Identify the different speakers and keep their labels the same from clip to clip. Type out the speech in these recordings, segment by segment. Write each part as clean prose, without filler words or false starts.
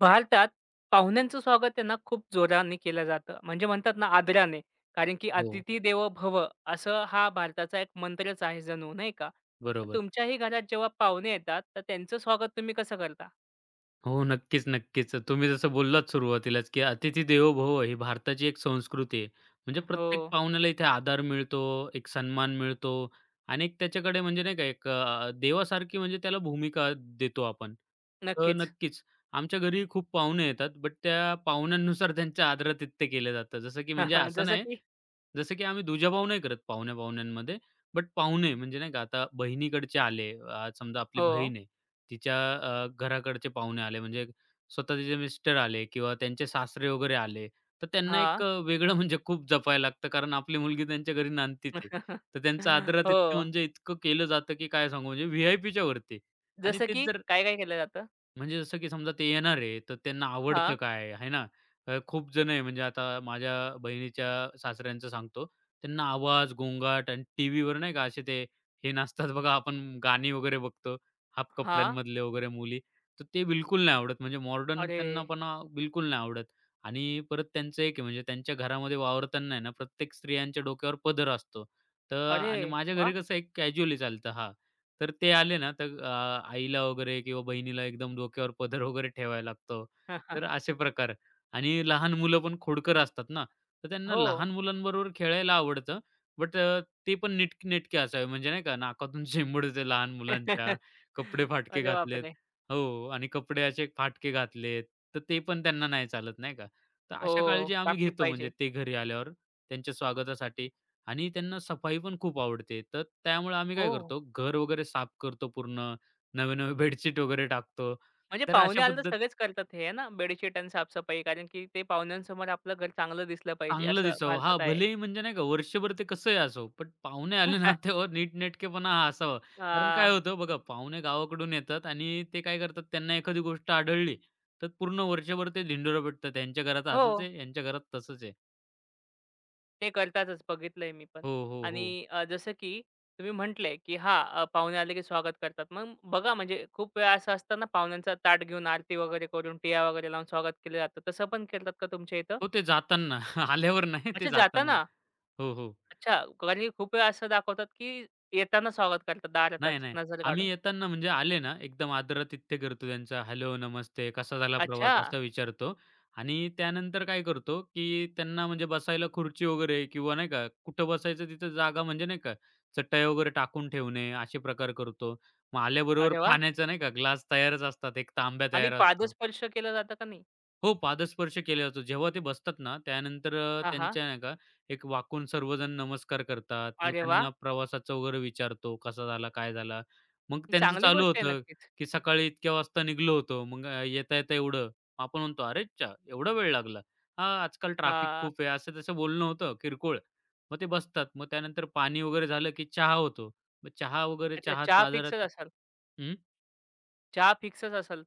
Speaker 1: भारतात पाहुण्यांचं स्वागत त्यांना खूप जोराने केलं जातं. म्हणजे म्हणतात ना आदराने. कारण की
Speaker 2: हो,
Speaker 1: "अतिथी देवो भव" असं हा भारताचा एक मंत्रच आहे जणू नाही का? तर
Speaker 2: बरोबर.
Speaker 1: तुमच्याही घरात जेव्हा पाहुणे येतात, तर त्यांचं स्वागत तुम्ही कसं करता?
Speaker 2: हो, नक्कीच, नक्कीच. तुम्ही जसं बोललात सुरुवातीलाच, की "अतिथी देवो भव" ही भारताची एक संस्कृती आहे. म्हणजे
Speaker 1: हो,
Speaker 2: प्रत्येक पाहुण्याला इथे आदर मिळतो, एक सन्मान मिळतो आणि एक त्याच्याकडे म्हणजे नाही का एक देवासारखी म्हणजे त्याला भूमिका देतो आपण. तर
Speaker 1: नक्कीच.
Speaker 2: नक्कीच आमच्या घरी खूप पाहुणे येतात, बट त्या पाहुण्यांनुसार त्यांचं आदरातिथ्य केलं जातं. जसं की म्हणजे असं
Speaker 1: जसं
Speaker 2: नाही,
Speaker 1: की
Speaker 2: जसं की आम्ही दुजाभाव नाही करत पाहुण्या-पाहुण्यांमध्ये, बट पाहुणे म्हणजे नाही का आता बहिणीकडचे आले, समजा आपली
Speaker 1: हो.
Speaker 2: बहीण आहे. तिच्या घराकडचे पाहुणे आले म्हणजे स्वतः तिचे मिस्टर आले किंवा त्यांचे सासरे वगैरे आले, तर त्यांना
Speaker 1: हां.
Speaker 2: एक वेगळं म्हणजे खूप जपायला लागतं कारण आपली मुलगी त्यांच्या घरी नांदतीच आहे. तर त्यांचं आदरातिथ्य
Speaker 1: हो.
Speaker 2: म्हणजे इतकं केलं जातं की काय सांगू म्हणजे व्ही-आय-पीच्या वरती आणि
Speaker 1: जसं
Speaker 2: तेच
Speaker 1: की
Speaker 2: जर
Speaker 1: काय, काय केलं जातं?
Speaker 2: म्हणजे जसं की समजा ते येणार आहे, तर त्यांना आवडतं
Speaker 1: हां,
Speaker 2: काय आहे ना? खूप जण आहे म्हणजे आता माझ्या बहिणीच्या सासऱ्यांचं सांगतो. त्यांना आवाज, गोंगाट आणि टीव्हीवर नाही का असे ते हे नाचतात बघा आपण गाणी वगैरे बघतो, हाफ
Speaker 1: हां.
Speaker 2: कपड्यांमधले वगैरे मुली. तर ते बिलकुल नाही आवडत. म्हणजे मॉडर्न
Speaker 1: अरे!
Speaker 2: त्यांनापणा बिलकुल नाही आवडत. आणि परत त्यांचं एक आहे म्हणजे त्यांच्या घरामध्ये वावरताना आहे ना, प्रत्येक स्त्रियांच्या डोक्यावर पदर असतो. तर
Speaker 1: अरे
Speaker 2: आणि माझ्या
Speaker 1: वाह!
Speaker 2: घरी कसं एक कॅज्युअली चालतं हां. तर ते आले ना, तर आईला वगैरे किंवा बहिणीला एकदम डोक्यावर पदर वगैरे ठेवायला लागतो. तर असे प्रकार आणि लहान मुलं पण खोडकर असतात ना, तर त्यांना
Speaker 1: हो.
Speaker 2: लहान मुलांबरोबर खेळायला आवडतं. बट ते पण नीटनेटके असावे म्हणजे नाही का, नाकातून शेंबूड येते लहान मुलांच्या, कपडे फाटके
Speaker 1: अरे
Speaker 2: घातलेत
Speaker 1: बापरे!
Speaker 2: हो आणि कपडे असे फाटके घातलेत, तर ते पण त्यांना नाही चालत नाही का. तर अशा
Speaker 1: ओह!
Speaker 2: काळजी आम्ही
Speaker 1: पापी
Speaker 2: घेतो म्हणजे
Speaker 1: पाहिजे.
Speaker 2: ते घरी आल्यावर त्यांच्या स्वागतासाठी. आणि त्यांना सफाई पण खूप आवडते. तर त्यामुळे आम्ही
Speaker 1: हो.
Speaker 2: काय करतो, घर वगैरे साफ करतो पूर्ण, नवे-नवे बेडशीट वगैरे टाकतो.
Speaker 1: म्हणजे
Speaker 2: तर
Speaker 1: पाहुणे
Speaker 2: अशा
Speaker 1: आले तर
Speaker 2: पद्धत
Speaker 1: सगळेच करतात हे आहे ना, बेडशीट आणि साफसफाई कारण की ते पाहुण्यांसमोर आपलं घर चांगलं दिसलं पाहिजे
Speaker 2: चांगलं
Speaker 1: असं
Speaker 2: दिसावं हां,
Speaker 1: भारतात आहे.
Speaker 2: भलेही म्हणजे नाही का वर्षभर ते कसंही असो, पण पाहुणे आले ना तेव्हा नीटनेटकेपणा हा असावा.
Speaker 1: अ,
Speaker 2: कारण काय होतं बघा, पाहुणे गावाकडून येतात आणि ते काय करतात, त्यांना एखादी गोष्ट आढळली, तर पूर्ण वर्षभर ते धिंडोरा पिटतात. यांच्या घरात
Speaker 1: हो,
Speaker 2: असंच आहे, यांच्या घरात तसंच आहे.
Speaker 1: ते करतातच बघितलंय मी पण.
Speaker 2: हो, हो, हो.
Speaker 1: आणि जसं की तुम्ही म्हटले, की हां, पाहुणे आले की स्वागत करतात. मग बघा म्हणजे खूप वेळा असं असतं ना, पाहुण्यांचा ताट घेऊन आरती वगैरे करून, टिया वगैरे लावून स्वागत केलं जातं. तसं पण करतात का तुमच्या इथं?
Speaker 2: हो, ते जाताना. आल्यावर नाही, ते
Speaker 1: अच्छा
Speaker 2: जाताना.
Speaker 1: जाताना?
Speaker 2: हो, हो.
Speaker 1: अच्छा, कारण की खूप वेळा असं दाखवतात, की येताना स्वागत करतात
Speaker 2: नाही,
Speaker 1: दारातच
Speaker 2: नाही.
Speaker 1: नजर
Speaker 2: आम्ही
Speaker 1: काढून.
Speaker 2: येताना म्हणजे आले ना, एकदम आदरातिथ्य करतो त्यांचा. हॅलो, नमस्ते, कसा झाला प्रवास
Speaker 1: अच्छा,
Speaker 2: असा विचारतो आणि त्यानंतर काय करतो, की त्यांना म्हणजे बसायला खुर्ची वगैरे किंवा नाही का, कुठं बसायचं तिथं जागा म्हणजे नाही का, चटई वगैरे टाकून ठेवणे असे प्रकार करतो. मग आल्याबरोबर
Speaker 1: अरे वाह!
Speaker 2: पाण्याचा नाही का ग्लास तयारच असतात. एक तांब्या
Speaker 1: आणि
Speaker 2: तयार असतो.
Speaker 1: पादस्पर्श केला जातं का नाही?
Speaker 2: हो, पादस्पर्श केला जातो. जेव्हा ते बसतात ना, त्यानंतर
Speaker 1: हां, हां.
Speaker 2: त्यांच्या नाही का एक वाकून सर्वजण नमस्कार करतात. मग
Speaker 1: अरे वाह!
Speaker 2: त्यांना प्रवासाचं वगैरे विचारतो, कसा झाला, काय झाला? मग
Speaker 1: ही
Speaker 2: त्यांचं
Speaker 1: चांगली
Speaker 2: चालू
Speaker 1: गोष्ट आहे
Speaker 2: होतं,
Speaker 1: नक्कीच.
Speaker 2: की सकाळी इतक्या वाजता निघलो होतो. मग येता-येता एवढं. आपण म्हणतो, "अरेच्चा! एवढा वेळ लागला." "हां, आजकाल ट्रॅफिक
Speaker 1: हां.
Speaker 2: खूप आहे." असं-तसं बोलणं होतं किरकोळ. मग ते बसतात. मग त्यानंतर पाणी वगैरे झालं, की चहा होतो. मग चहा वगैरे
Speaker 1: अच्छा चहा
Speaker 2: चहाचा
Speaker 1: फिक्सच
Speaker 2: आजारात
Speaker 1: असाल. चहा फिक्सच असाल.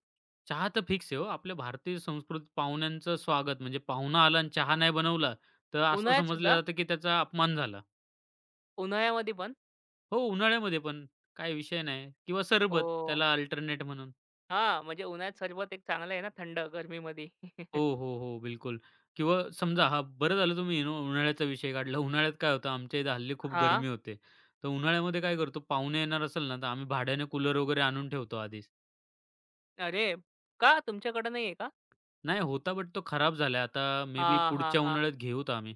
Speaker 2: चहा तर फिक्स आहे हो. आपल्या भारतीय संस्कृतीत पाहुण्यांचं स्वागत म्हणजे पाहुणा आला आणि चहा नाही बनवला, तर असं
Speaker 1: उन्हाळ्यात
Speaker 2: समजलं
Speaker 1: सुद्धा?
Speaker 2: जातं, की त्याचा अपमान झाला.
Speaker 1: उन्हाळ्यामध्ये पण?
Speaker 2: हो, उन्हाळ्यामध्ये पण काही विषय नाही किंवा सरबत
Speaker 1: ओह!
Speaker 2: त्याला अल्टरनेट म्हणून.
Speaker 1: हां, म्हणजे उन्हाळ्यात सरबत एक चांगलं आहे ना थंड गरमीमध्ये.
Speaker 2: हो, हो, हो, बिलकुल. किंवा समजा हां, बरं झालं तुम्ही यू नो उन्हाळ्याचा विषय काढला. उन्हाळ्यात काय होतं, आमच्या इथे हल्ली खूप
Speaker 1: हां.
Speaker 2: गरमी होते. तर उन्हाळ्यामध्ये काय करतो, पाहुणे येणार असेल ना, तर आम्ही भाड्याने कूलर वगैरे आणून ठेवतो आधीच.
Speaker 1: अरे! का तुमच्याकडे नाहीये का?
Speaker 2: नाही होता, बट तो खराब झाला. आता मे बी
Speaker 1: हां, हां,
Speaker 2: पुढच्या
Speaker 1: हां.
Speaker 2: उन्हाळ्यात घेऊत आम्ही.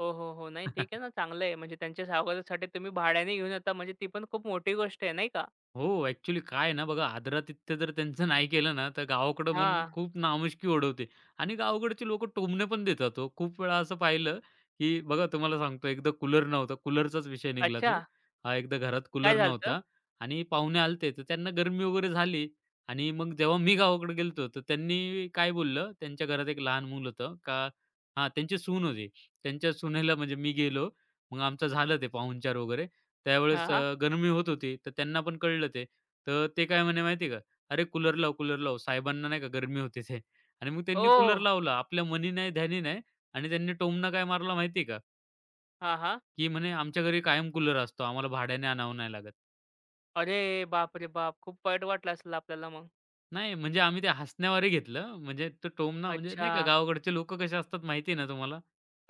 Speaker 1: हो, हो, हो. नाही ठीक आहे ना चांगलं आहे. म्हणजे त्यांच्या स्वागतासाठी तुम्ही भाड्याने घेऊन येता म्हणजे ती पण खूप मोठी गोष्ट आहे नाही का?
Speaker 2: हो, ॲक्चुअली काय आहे ना बघा, आदरातिथ्य जर त्यांचं नाही केलं ना, तर गावाकडं मन
Speaker 1: हां.
Speaker 2: खूप नामुष्की ओढवते आणि गावाकडची लोकं टोमणे पण देतात हो. खूप वेळा असं पाहिलं, की बघा तुम्हाला सांगतो एकदा कूलर नव्हता, कूलरचाच विषय निघाला
Speaker 1: अच्छा.
Speaker 2: तर. हा एकदा घरात
Speaker 1: काय
Speaker 2: कूलर
Speaker 1: झालं होतं?
Speaker 2: नव्हता आणि पाहुणे आले तर त्यांना गरमी वगैरे झाली आणि मग जेव्हा मी गावाकडे गेलो तर त्यांनी काय बोललं, त्यांच्या घरात एक लहान मूल होतं का हां, त्यांची सून होती. त्यांच्या सुनेला म्हणजे मी गेलो, मग आमचं झालं ते पाहुणचार वगैरे त्यावेळेस
Speaker 1: हां, हां.
Speaker 2: गरमी होत होती, तर त्यांना पण कळलं ते. तर ते काय म्हणे माहिती आहे का, "अरे कूलर लाव, कूलर लाव." साहेबांना नाही का गरमी होते ते आणि मग त्यांनी
Speaker 1: ओह!
Speaker 2: कूलर लावला. आपल्या मनी नाही, ध्यानी नाही आणि त्यांनी टोमणा काय मारला माहिती आहे का, की म्हणे, "आमच्या घरी कायम कूलर असतो, आम्हाला भाड्याने आणावं नाही लागत."
Speaker 1: अरे बाप बापरे बाप! खूप वाईट वाटलं असेल आपल्याला मग.
Speaker 2: नाही म्हणजे आम्ही ते हसण्यावारे घेतलं. म्हणजे तो टोमणा म्हणजे
Speaker 1: अच्छा.
Speaker 2: नाही का गावाकडचे लोकं कसे असतात माहिती आहे ना तुम्हाला?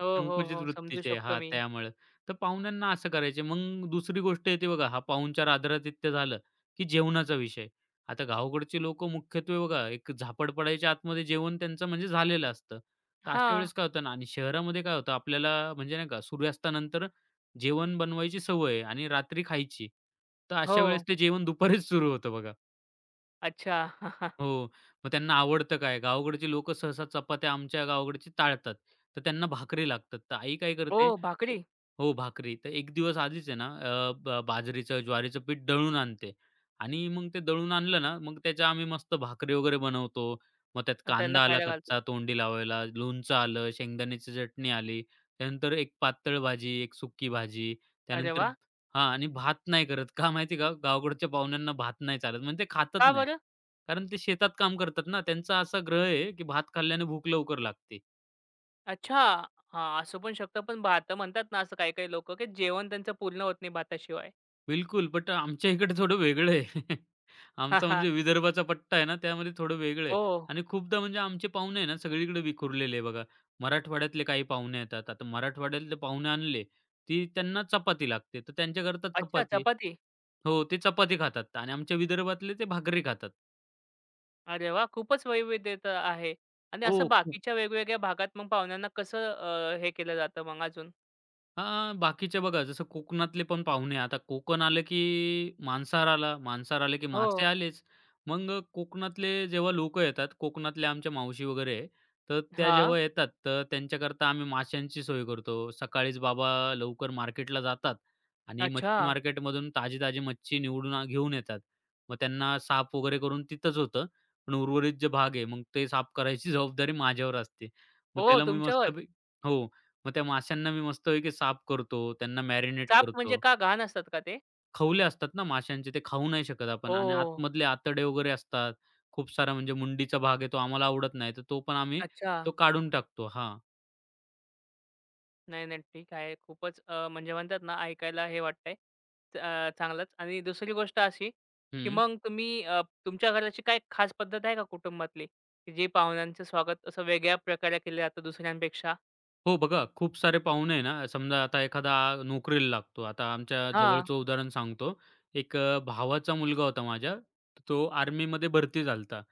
Speaker 1: हो, हो,
Speaker 2: संकुचित
Speaker 1: हो. समजू
Speaker 2: वृत्तीचे आहे.
Speaker 1: शकतो
Speaker 2: हां,
Speaker 1: मी.
Speaker 2: त्यामुळे. तर पाहुण्यांना असं करायचे. मग दुसरी गोष्ट येते बघा, हा पाहुणचार आदरातिथ्य झालं, की जेवणाचा विषय. आता गावाकडची लोकं मुख्यत्वे बघा, एक झापड पडायच्या आतमध्ये जेवण त्यांचं म्हणजे झालेलं असतं. तर अशा
Speaker 1: हां.
Speaker 2: वेळेस काय होतं ना आणि शहरामध्ये काय होतं आपल्याला म्हणजे नाही का सूर्यास्तानंतर जेवण बनवायची सवय आहे आणि रात्री खायची. तर अशा वेळेस
Speaker 1: हो.
Speaker 2: ते जेवण दुपारीच सुरू होतं बघा.
Speaker 1: अच्छा.
Speaker 2: हो. मग त्यांना आवडतं काय? गावाकडची लोकं सहसा चपात्या आमच्या गावाकडची टाळतात. तर त्यांना भाकरी लागतात. तर आई काय
Speaker 1: ओ
Speaker 2: करते
Speaker 1: भाकरी
Speaker 2: हो, भाकरी. तर एक दिवस आधीच आहे ना अ, ब बाजरीचं, ज्वारीचं पीठ दळून आणते आणि मग ते दळून आणलं ना, मग त्याच्या आम्ही मस्त भाकरी वगैरे बनवतो. मग त्यात
Speaker 1: आणि त्यांना
Speaker 2: कांदा आला
Speaker 1: खायला घालतो.
Speaker 2: कच्चा तोंडी लावायला, लोणचं आलं, शेंगदाण्याची चटणी आली. त्यानंतर एक पातळ भाजी, एक सुकी भाजी.
Speaker 1: अरे
Speaker 2: त्यानंतर
Speaker 1: वा
Speaker 2: हां आणि भात नाही करत. का माहिती का? गावाकडच्या पाहुण्यांना भात नाही चालत. म्हणजे ते खातच
Speaker 1: का
Speaker 2: नाही.
Speaker 1: बरं?
Speaker 2: कारण ते शेतात काम करतात ना, त्यांचा असा ग्रह आहे, की भात खाल्ल्याने भूक लवकर लागते.
Speaker 1: अच्छा. हां, असू पण शकतं पण भातं म्हणतात ना असं काही-काही लोकं, की जेवण त्यांचं पूर्ण होत नाही भाताशिवाय.
Speaker 2: बिलकुल, बट आमच्या इकडे थोडं वेगळं आहे. आमचा म्हणजे विदर्भाचा पट्टा आहे ना, त्यामध्ये थोडं वेगळं आहे.
Speaker 1: ओह!
Speaker 2: आणि खूपदा म्हणजे आमचे पाहुणे आहे ना, सगळीकडे विखुरलेले आहे बघा. मराठवाड्यातले काही पाहुणे येतात. आता मराठवाड्यातले पाहुणे आणले, ती त्यांना चपाती लागते. तर त्यांच्याकरता
Speaker 1: अच्छा
Speaker 2: चपाती
Speaker 1: चपाती.
Speaker 2: हो, ते चपाती खातात आणि आमच्या विदर्भातले ते भाकरी खातात.
Speaker 1: अरे वाह! खूपच वैविध्यता आहे. आणि
Speaker 2: हो.
Speaker 1: असं बाकीच्या वेगवेगळ्या भागात मग पाहुण्यांना कसं हे केलं जातं मग अजून?
Speaker 2: हां, बाकीच्या बघा जसं कोकणातले पण पाहुणे आता कोकण आलं की मांसाहार आला, मांसाहार आले की
Speaker 1: हो.
Speaker 2: मासे आलेच. मग कोकणातले जेव्हा लोकं येतात, कोकणातल्या आमच्या मावशी वगैरे आहे, तर त्या
Speaker 1: हां.
Speaker 2: जेव्हा येतात तर त्यांच्याकरता आम्ही माशांची सोय करतो. सकाळीच बाबा लवकर मार्केटला जातात आणि
Speaker 1: अच्छा.
Speaker 2: मच्छी मार्केटमधून ताजी-ताजी मच्छी निवडून घेऊन येतात. मग त्यांना साफ वगैरे करून तिथंच होतं. पण उर्वरित जे भाग आहे, मग ते साफ करायची जबाबदारी माझ्यावर असते. मग
Speaker 1: ओह!
Speaker 2: त्याला मी
Speaker 1: तुमच्यावर?
Speaker 2: मस्तपैकी हो. मग त्या माशांना मी मस्तपैकी साफ करतो, त्यांना मॅरिनेट
Speaker 1: चाप म्हणजे
Speaker 2: करतो.
Speaker 1: का घाण असतात का ते?
Speaker 2: खवले असतात ना माशांचे, ते खाऊ नाही शकत आपण आणि
Speaker 1: ओह!
Speaker 2: आतमधले आतडे वगैरे असतात. खूप सारा म्हणजे मुंडीचा भाग आहे, तो आम्हाला आवडत नाही, तर तो पण आम्ही
Speaker 1: अच्छा.
Speaker 2: तो काढून टाकतो. हां.
Speaker 1: नाही, नाही. ठीक आहे. खूपच म्हणजे म्हणतात ना ऐकायला हे वाटतंय. चांगलंच आणि दुसरी गोष्ट अशी, की
Speaker 2: हं.
Speaker 1: मग तुम्ही, तुमच्या घराची काही खास पद्धत आहे का कुटुंबातली, की जे पाहुण्यांचं स्वागत असं वेगळ्या प्रकारे केलं जातं दुसऱ्यांपेक्षा?
Speaker 2: हो, बघा खूप सारे पाहुणे आहे ना, समजा आता एखादा नोकरीला लागतो. आता आमच्या
Speaker 1: हां.
Speaker 2: जवळचं उदाहरण सांगतो. एक भावाचा मुलगा होता माझ्या, तो आर्मीमध्ये भरती झाला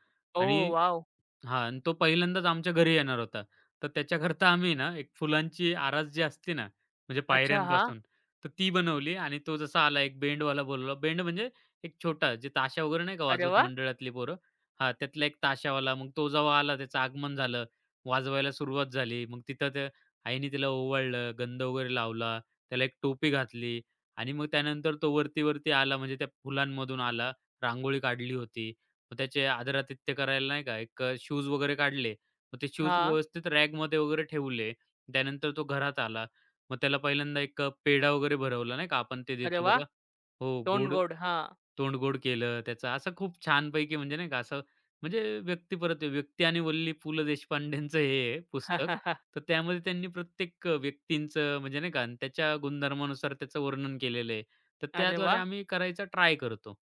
Speaker 1: ओह
Speaker 2: आणि
Speaker 1: वॉव!
Speaker 2: हां आणि तो पहिल्यांदाच आमच्या घरी येणार होता. तर त्याच्याकरता आम्ही ना, एक फुलांची आरास जी असते ना, म्हणजे
Speaker 1: अच्छा. हां.
Speaker 2: पायऱ्यांपासून, तर ती बनवली आणि तो जसा आला एक बेंडवाला बोलवला. बेंड म्हणजे एक छोटा, जे ताशा वगैरे नाही का
Speaker 1: अरे
Speaker 2: वाजवत
Speaker 1: वाह!
Speaker 2: मंडळातली पोरं. हां, त्यातला एक ताशावाला. मग तो जेव्हा आला, त्याचं आगमन झालं, वाजवायला सुरुवात झाली. मग तिथं त्या आईने त्याला ओवाळलं, गंध वगैरे लावला, त्याला एक टोपी घातली आणि मग त्यानंतर तो वरती-वरती आला, म्हणजे त्या फुलांमधून आला, रांगोळी काढली होती. मग त्याचे आदरातिथ्य करायला नाही का एक शूज वगैरे काढले. मग ते शूज
Speaker 1: हां.
Speaker 2: व्यवस्थित रॅकमध्ये वगैरे ठेवले. त्यानंतर तो घरात आला. मग त्याला पहिल्यांदा एक पेढा वगैरे भरवला नाही का आपण ते
Speaker 1: अरे
Speaker 2: देतो
Speaker 1: वाह!
Speaker 2: बघा. हो,
Speaker 1: तोंड
Speaker 2: गोड
Speaker 1: गोड. हां.
Speaker 2: तोंड गोड केलं त्याचं. असं खूप छानपैकी म्हणजे नाही का असं म्हणजे व्यक्तिपरत्वे व्यक्ती आणि वल्ली पु. ल. देशपांडेंचं हे आहे पुस्तक. तर त्यामध्ये त्यांनी प्रत्येक व्यक्तींचं म्हणजे नाही का आणि त्याच्या गुणधर्मानुसार त्याचं वर्णन केलेलं आहे. तर
Speaker 1: अरे
Speaker 2: त्याद्वारे
Speaker 1: वाह!
Speaker 2: आम्ही करायचा ट्राय करतो.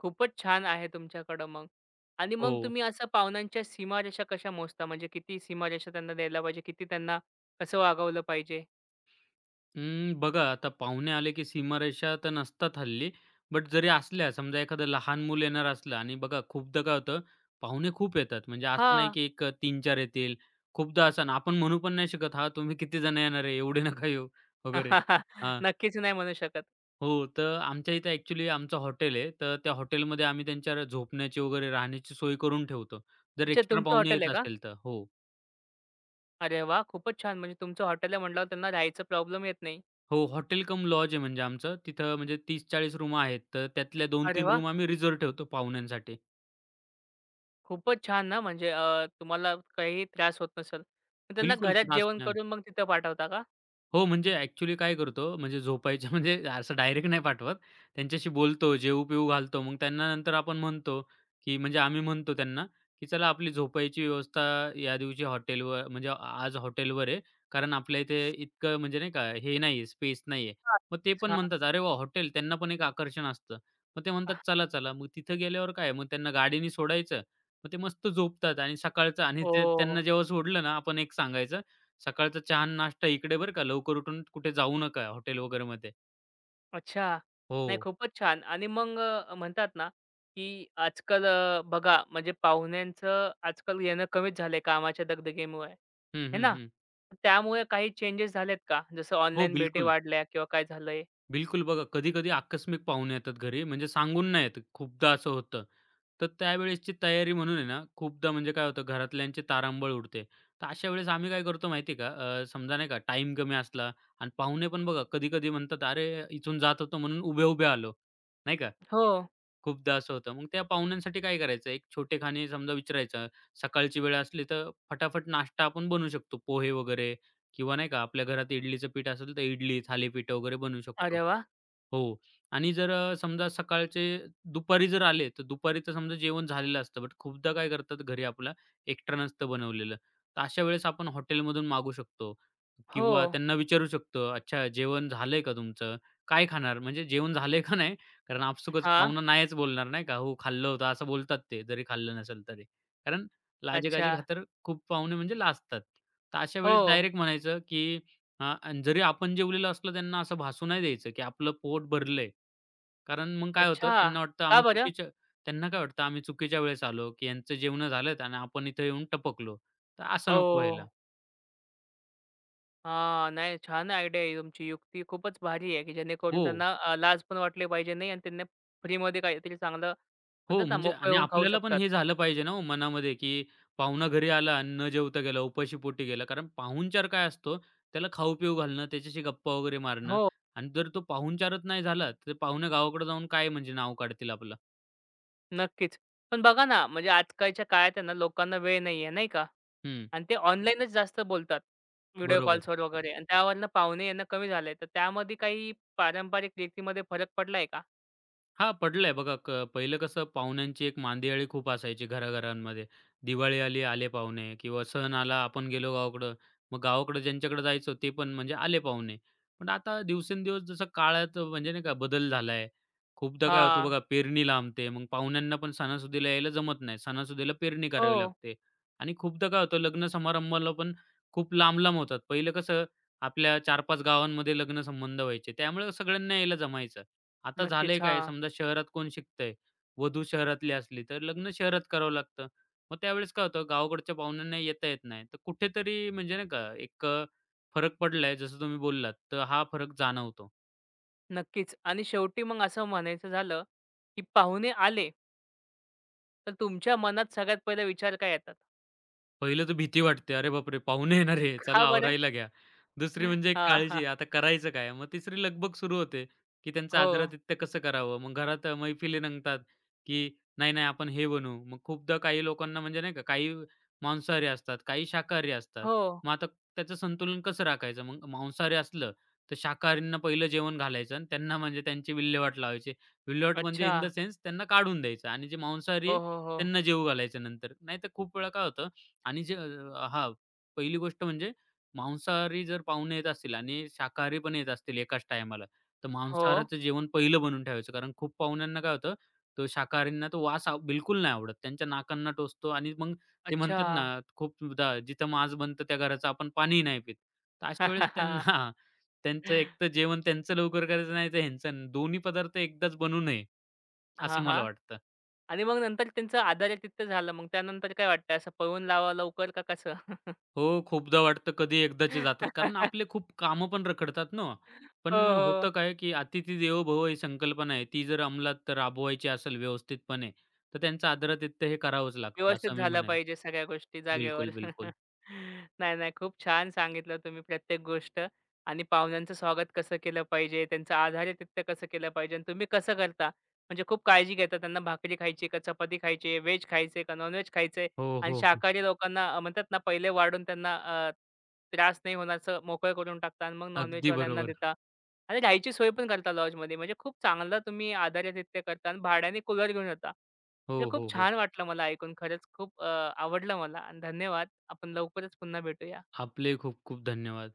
Speaker 1: खूपच छान आहे तुमच्याकडं मग. आणि मग
Speaker 2: हो.
Speaker 1: तुम्ही असं पाहुण्यांच्या सीमारेषा कशा मोजता? म्हणजे किती सीमारेषा त्यांना द्यायला पाहिजे? किती त्यांना कसं वागवलं पाहिजे?
Speaker 2: अं, बघा आता पाहुणे आले की सीमारेषा तर नसतात हल्ली. बट जरी असल्या समजा एखादं लहान मूल येणार असलं आणि बघा खूपदा काय होतं पाहुणे खूप येतात. म्हणजे असं नाही
Speaker 1: हां.
Speaker 2: की एक तीन 4 येतील. खूपदा असं आणि आपण म्हणू पण नाही शकत, "हां, तुम्ही किती जण येणार आहे? एवढे नका येऊ" वगैरे. हां.
Speaker 1: नक्कीच नाही म्हणू शकत.
Speaker 2: हो, तर आमच्या इथे ॲक्चुअली आमचं हॉटेल आहे. तर त्या हॉटेलमध्ये आम्ही त्यांच्या झोपण्याची वगैरे राहण्याची सोय करून ठेवतो. जर
Speaker 1: अच्छा
Speaker 2: एक्स्ट्रा
Speaker 1: तुमचं
Speaker 2: पाहुणे
Speaker 1: हॉटेल
Speaker 2: येत
Speaker 1: आहे का?
Speaker 2: असेल तर. हो.
Speaker 1: अरे वाह! खूपच छान. म्हणजे तुमचं हॉटेल आहे म्हटल्यावर त्यांना राहायचा प्रॉब्लेम येत नाही.
Speaker 2: हो, हॉटेल कम लॉज आहे म्हणजे आमचं. तिथं म्हणजे 30-40 रूमा आहेत. तर त्यातल्या
Speaker 1: अरे
Speaker 2: 2-3
Speaker 1: वाह!
Speaker 2: रूम आम्ही रिझर्व्ह ठेवतो पाहुण्यांसाठी.
Speaker 1: खूपच छान ना म्हणजे तुम्हाला काही त्रास होत नसेल. मग त्यांना
Speaker 2: बिलकुल
Speaker 1: घरात
Speaker 2: त्रास
Speaker 1: जेवण
Speaker 2: नाही होत.
Speaker 1: करून मग तिथं पाठवता का?
Speaker 2: हो, म्हणजे ॲक्चुअली काय करतो, म्हणजे झोपायच्या म्हणजे असं डायरेक्ट नाही पाठवत. त्यांच्याशी बोलतो, जेवू-पिवू घालतो. मग त्यांना नंतर आपण म्हणतो, की म्हणजे आम्ही म्हणतो त्यांना, की चला आपली झोपायची व्यवस्था या दिवशी हॉटेलवर म्हणजे आज हॉटेलवर आहे. कारण आपल्या इथे इतकं म्हणजे नाही का हे नाही स्पेस नाही आहे.
Speaker 1: हां.
Speaker 2: मग ते पण
Speaker 1: हां.
Speaker 2: म्हणतात, "अरे वाह! हॉटेल." त्यांना पण एक आकर्षण असतं. मग ते म्हणतात, "चला-चला." मग तिथं गेल्यावर काय मग त्यांना गाडीने सोडायचं. मग ते मस्त झोपतात आणि सकाळचं आणि ते
Speaker 1: ओह!
Speaker 2: त्यांना जेव्हा सोडलं ना, आपण एक सांगायचं सकाळचा चहा अन् नाश्ता इकडे बरं का, लवकर उठून कुठे जाऊ नका हॉटेल वगैरेमध्ये.
Speaker 1: अच्छा.
Speaker 2: हो.
Speaker 1: नाही खूपच छान आणि मग म्हणतात ना, की आजकाल बघा म्हणजे पाहुण्यांचं आजकाल येणं कमीच झालंय कामाच्या दगदगीमुळे,
Speaker 2: हं,
Speaker 1: हे
Speaker 2: हं,
Speaker 1: ना?
Speaker 2: हं.
Speaker 1: त्यामुळे काही चेंजेस झालेत का? जसं
Speaker 2: हो,
Speaker 1: ऑनलाईन भेटी
Speaker 2: बिलकुल.
Speaker 1: वाढल्या किंवा काय झालंय?
Speaker 2: बिलकुल बघा, कधी-कधी आकस्मिक पाहुणे येतात घरी म्हणजे सांगून नाही येत. खूपदा असं होतं. तर त्यावेळेसची तयारी म्हणून आहे ना, खूपदा म्हणजे काय होतं घरातल्यांची तारांबळ उडते. तर अशा वेळेस आम्ही काय करतो माहिती आहे का, समजा नाही का टाईम कमी असला आणि पाहुणे पण बघा कधी-कधी म्हणतात, "अरे, इथून जात होतो म्हणून उभे-उभे आलो." नाही का?
Speaker 1: हो.
Speaker 2: खूपदा असं होतं. मग त्या पाहुण्यांसाठी काय करायचं, एक छोटे खाणे समजा विचारायचं. सकाळची वेळ असली तर फटाफट नाश्ता आपण बनवू शकतो. पोहे वगैरे किंवा नाही का आपल्या घरात इडलीचं पीठ असेल तर इडली, थालीपीठ वगैरे बनवू शकतो.
Speaker 1: अरे वाह!
Speaker 2: हो. आणि जर समजा सकाळचे दुपारी जर आले, तर दुपारीचं समजा जेवण झालेलं असतं. बट खूपदा काय करतात घरी आपला एक्स्ट्रा नसतं बनवलेलं. तर अशा वेळेस आपण हॉटेलमधून मागू शकतो
Speaker 1: हो.
Speaker 2: किंवा त्यांना विचारू शकतो, "अच्छा जेवण झालंय का तुमचं? काय खाणार?" म्हणजे जेवण झालंय का नाही? कारण आपसुकच
Speaker 1: हां.
Speaker 2: पाहुणा नाहीच बोलणार नाही का, "हो, खाल्लं होतं." असं बोलतात ते, जरी खाल्लं नसेल तरी. कारण लाजेकाजे
Speaker 1: अच्छा.
Speaker 2: खातर खूप पाहुणे म्हणजे लाजतात. तर अशा
Speaker 1: हो.
Speaker 2: वेळेस डायरेक्ट म्हणायचं की हां. आणि जरी आपण जेवलेलं असलं त्यांना असं भासू नाही द्यायचं, की आपलं पोट भरलंय. कारण मग काय होतं
Speaker 1: अच्छा. का बरं?
Speaker 2: त्यांना काय वाटतं आम्ही चुकीच्या वेळेस आलो, की यांचं जेवणं झालेत आणि आपण इथं येऊन टपकलो. तर असं नको
Speaker 1: ओह!
Speaker 2: व्हायला.
Speaker 1: हां. नाही छान आयडिया आहे तुमची. युक्ती खूपच भारी आहे, की जेणेकरून
Speaker 2: हो.
Speaker 1: त्यांना लाज पण वाटली पाहिजे नाही आणि त्यांना फ्रीमध्ये काहीतरी चांगलं
Speaker 2: हो,
Speaker 1: म्हणतात ना,
Speaker 2: म्हणजे
Speaker 1: मोकळे
Speaker 2: आणि
Speaker 1: होऊन खाऊ
Speaker 2: आपल्याला पण
Speaker 1: शकतात.
Speaker 2: हे झालं पाहिजे ना हो मनामध्ये, की पाहुणा घरी आला आणि न जेवता गेला, उपाशी पोटी गेला. कारण पाहुणचार काय असतो, त्याला खाऊ-पिऊ घालणं, त्याच्याशी गप्पा वगैरे मारणं
Speaker 1: हो,
Speaker 2: आणि जर तो पाहुणचारच नाही झाला, तर पाहुणे गावाकडे जाऊन काय म्हणजे नाव काढतील आपलं.
Speaker 1: नक्कीच. पण बघा ना, म्हणजे आजकालच्या काळात आहे ना, लोकांना वेळ नाहीये नाही का?
Speaker 2: हं.
Speaker 1: आणि ते ऑनलाईनच जास्त बोलतात. व्हिडिओ
Speaker 2: बरोबर.
Speaker 1: कॉल्सवर वगैरे आणि त्यावरनं पाहुणे येणं कमी झालंय. तर त्यामध्ये काही पारंपरिक रीतीमध्ये फरक पडलाय का?
Speaker 2: हां, पडलंय बघा. पहिलं कसं पाहुण्यांची एक मांदियाळी खूप असायची घराघरांमध्ये. दिवाळी आली, आले पाहुणे किंवा सण आला, आपण गेलो गावाकडं. मग गावाकडं ज्यांच्याकडे जायचो ते पण म्हणजे आले पाहुणे. पण आता दिवसेंदिवस जसं काळात म्हणजे नाही का बदल झालाय. खूपदा काय होतं
Speaker 1: हां.
Speaker 2: बघा पेरणी लांबते. मग पाहुण्यांना पण सणासुदीला यायला जमत नाही. सणासुदीला पेरणी
Speaker 1: हो.
Speaker 2: करावी लागते. आणि खूपदा काय होतं लग्न समारंभाला पण खूप लांब-लांब होतात. पहिलं कसं आपल्या 4-5 गावांमध्ये लग्न संबंध व्हायचे. त्यामुळे सगळ्यांना यायला जमायचं. आता झालंय
Speaker 1: नक्कीच.
Speaker 2: काय,
Speaker 1: हां.
Speaker 2: समजा शहरात कोण शिकतंय, वधू शहरातली असली, तर लग्न शहरात करावं लागतं. मग त्यावेळेस काय होतं, गावाकडच्या पाहुण्यांना येता येत नाही. तर कुठेतरी म्हणजे नाही का, एक फरक पडलाय, जसं तुम्ही बोललात, तर हा फरक जाणवतो.
Speaker 1: नक्कीच. आणि शेवटी मग असं म्हणायचं झालं, की पाहुणे आले तर तुमच्या मनात सगळ्यात पहिले विचार काय येतात?
Speaker 2: पहिलं तर भीती वाटते, "अरे बापरे! पाहुणे येणार आहे,
Speaker 1: का
Speaker 2: चला
Speaker 1: बरं?
Speaker 2: आवरायला घ्या." दुसरी म्हणजे एक
Speaker 1: हां, हां.
Speaker 2: काळजी, आता करायचं काय? मग तिसरी लगबग सुरू होते, की त्यांचं
Speaker 1: हो,
Speaker 2: आदरातिथ्य कसं करावं? मग घरात मैफिली रंगतात, की "नाही, नाही, आपण हे बनवू." मग खूपदा काही लोकांना म्हणजे नाही का, काही मांसाहारी असतात, काही शाकाहारी असतात.
Speaker 1: हो.
Speaker 2: मग आता त्याचं संतुलन कसं राखायचं? मग मांसाहारी असलं, तर शाकाहारींना पहिलं जेवण घालायचं आणि त्यांना म्हणजे त्यांची विल्हेवाट लावायची. विल्हेवाट म्हणजे
Speaker 1: अच्छा.
Speaker 2: इन द सेन्स त्यांना काढून द्यायचं आणि जे मांसाहारी
Speaker 1: हो,
Speaker 2: आहे,
Speaker 1: हो, हो.
Speaker 2: त्यांना जेवू घालायचं नंतर. नाहीतर खूप वेळा काय होतं आणि पहिली गोष्ट म्हणजे मांसाहारी जर पाहुणे येत असतील आणि शाकाहारी पण येत असतील एकाच टायमाला, तर
Speaker 1: हो.
Speaker 2: मांसाहाराचं जेवण पहिलं बनवून ठेवायचं. कारण खूप पाहुण्यांना काय होतं, तो शाकाहारींना तो वास बिलकुल नाही आवडत. त्यांच्या नाकांना टोचतो आणि मग ते
Speaker 1: अच्छा.
Speaker 2: म्हणतात ना, खूपदा जिथं मांस बनतं त्या घराचं आपण पाणीही नाही पित. तर अशा वेळेस त्यांना त्यांचं एक तर जेवण लवकर करायचं नाही, तर ह्यांचं दोन्ही पदार्थ एकदाच बनू नये,
Speaker 1: हां,
Speaker 2: असं मला
Speaker 1: हां.
Speaker 2: वाटतं.
Speaker 1: आणि मग नंतर त्यांचं आधार तिथं झालं. मग त्यानंतर काय वाटतं असं पळवून लावा लवकर का कसं?
Speaker 2: हो, खूपदा वाटतं कधी एकदाचे जातात. कारण आपले खूप कामं पण रखडतात ना. पण
Speaker 1: हो, हो.
Speaker 2: होतं काय, की "अतिथी देवो भव" ही संकल्पना आहे, ती जर अंमलात राबवायची असेल व्यवस्थितपणे, तर त्यांचं आदरातिथ्य हे करावंच लागतं,
Speaker 1: व्यवस्थित
Speaker 2: असं मी
Speaker 1: झालं
Speaker 2: म्हणेन.
Speaker 1: पाहिजे सगळ्या गोष्टी जागेवर.
Speaker 2: बिलकुल, बिलकुल.
Speaker 1: नाही, नाही. खूप छान सांगितलं तुम्ही प्रत्येक गोष्ट आणि पाहुण्यांचं स्वागत कसं केलं पाहिजे, त्यांचं आदरातिथ्य कसं केलं पाहिजे आणि तुम्ही कसं करता. म्हणजे खूप काळजी घेता त्यांना भाकरी खायची का चपाती खायची व्हेज खायचं का नॉन-व्हेज खायचे,
Speaker 2: हो,
Speaker 1: आणि
Speaker 2: हो, हो.
Speaker 1: शाकाहारी लोकांना म्हणतात ना पहिले वाढून त्यांना त्रास नाही होण्याचं मोकळं करून टाकता आणि मग
Speaker 2: अगदी
Speaker 1: नॉन-व्हेजवाल्यांना
Speaker 2: बरोबर.
Speaker 1: देता. आणि राहायची सोय पण करता लॉजमध्ये. म्हणजे खूप चांगलं तुम्ही आदरातिथ्य करता आणि भाड्याने कूलर घेऊन येता. म्हणजे
Speaker 2: हो, हो,
Speaker 1: खूप
Speaker 2: हो.
Speaker 1: छान वाटलं मला ऐकून. खरंच खूप आवडलं मला आणि धन्यवाद. आपण लवकरच पुन्हा भेटूया.
Speaker 2: आपले खूप खूप धन्यवाद.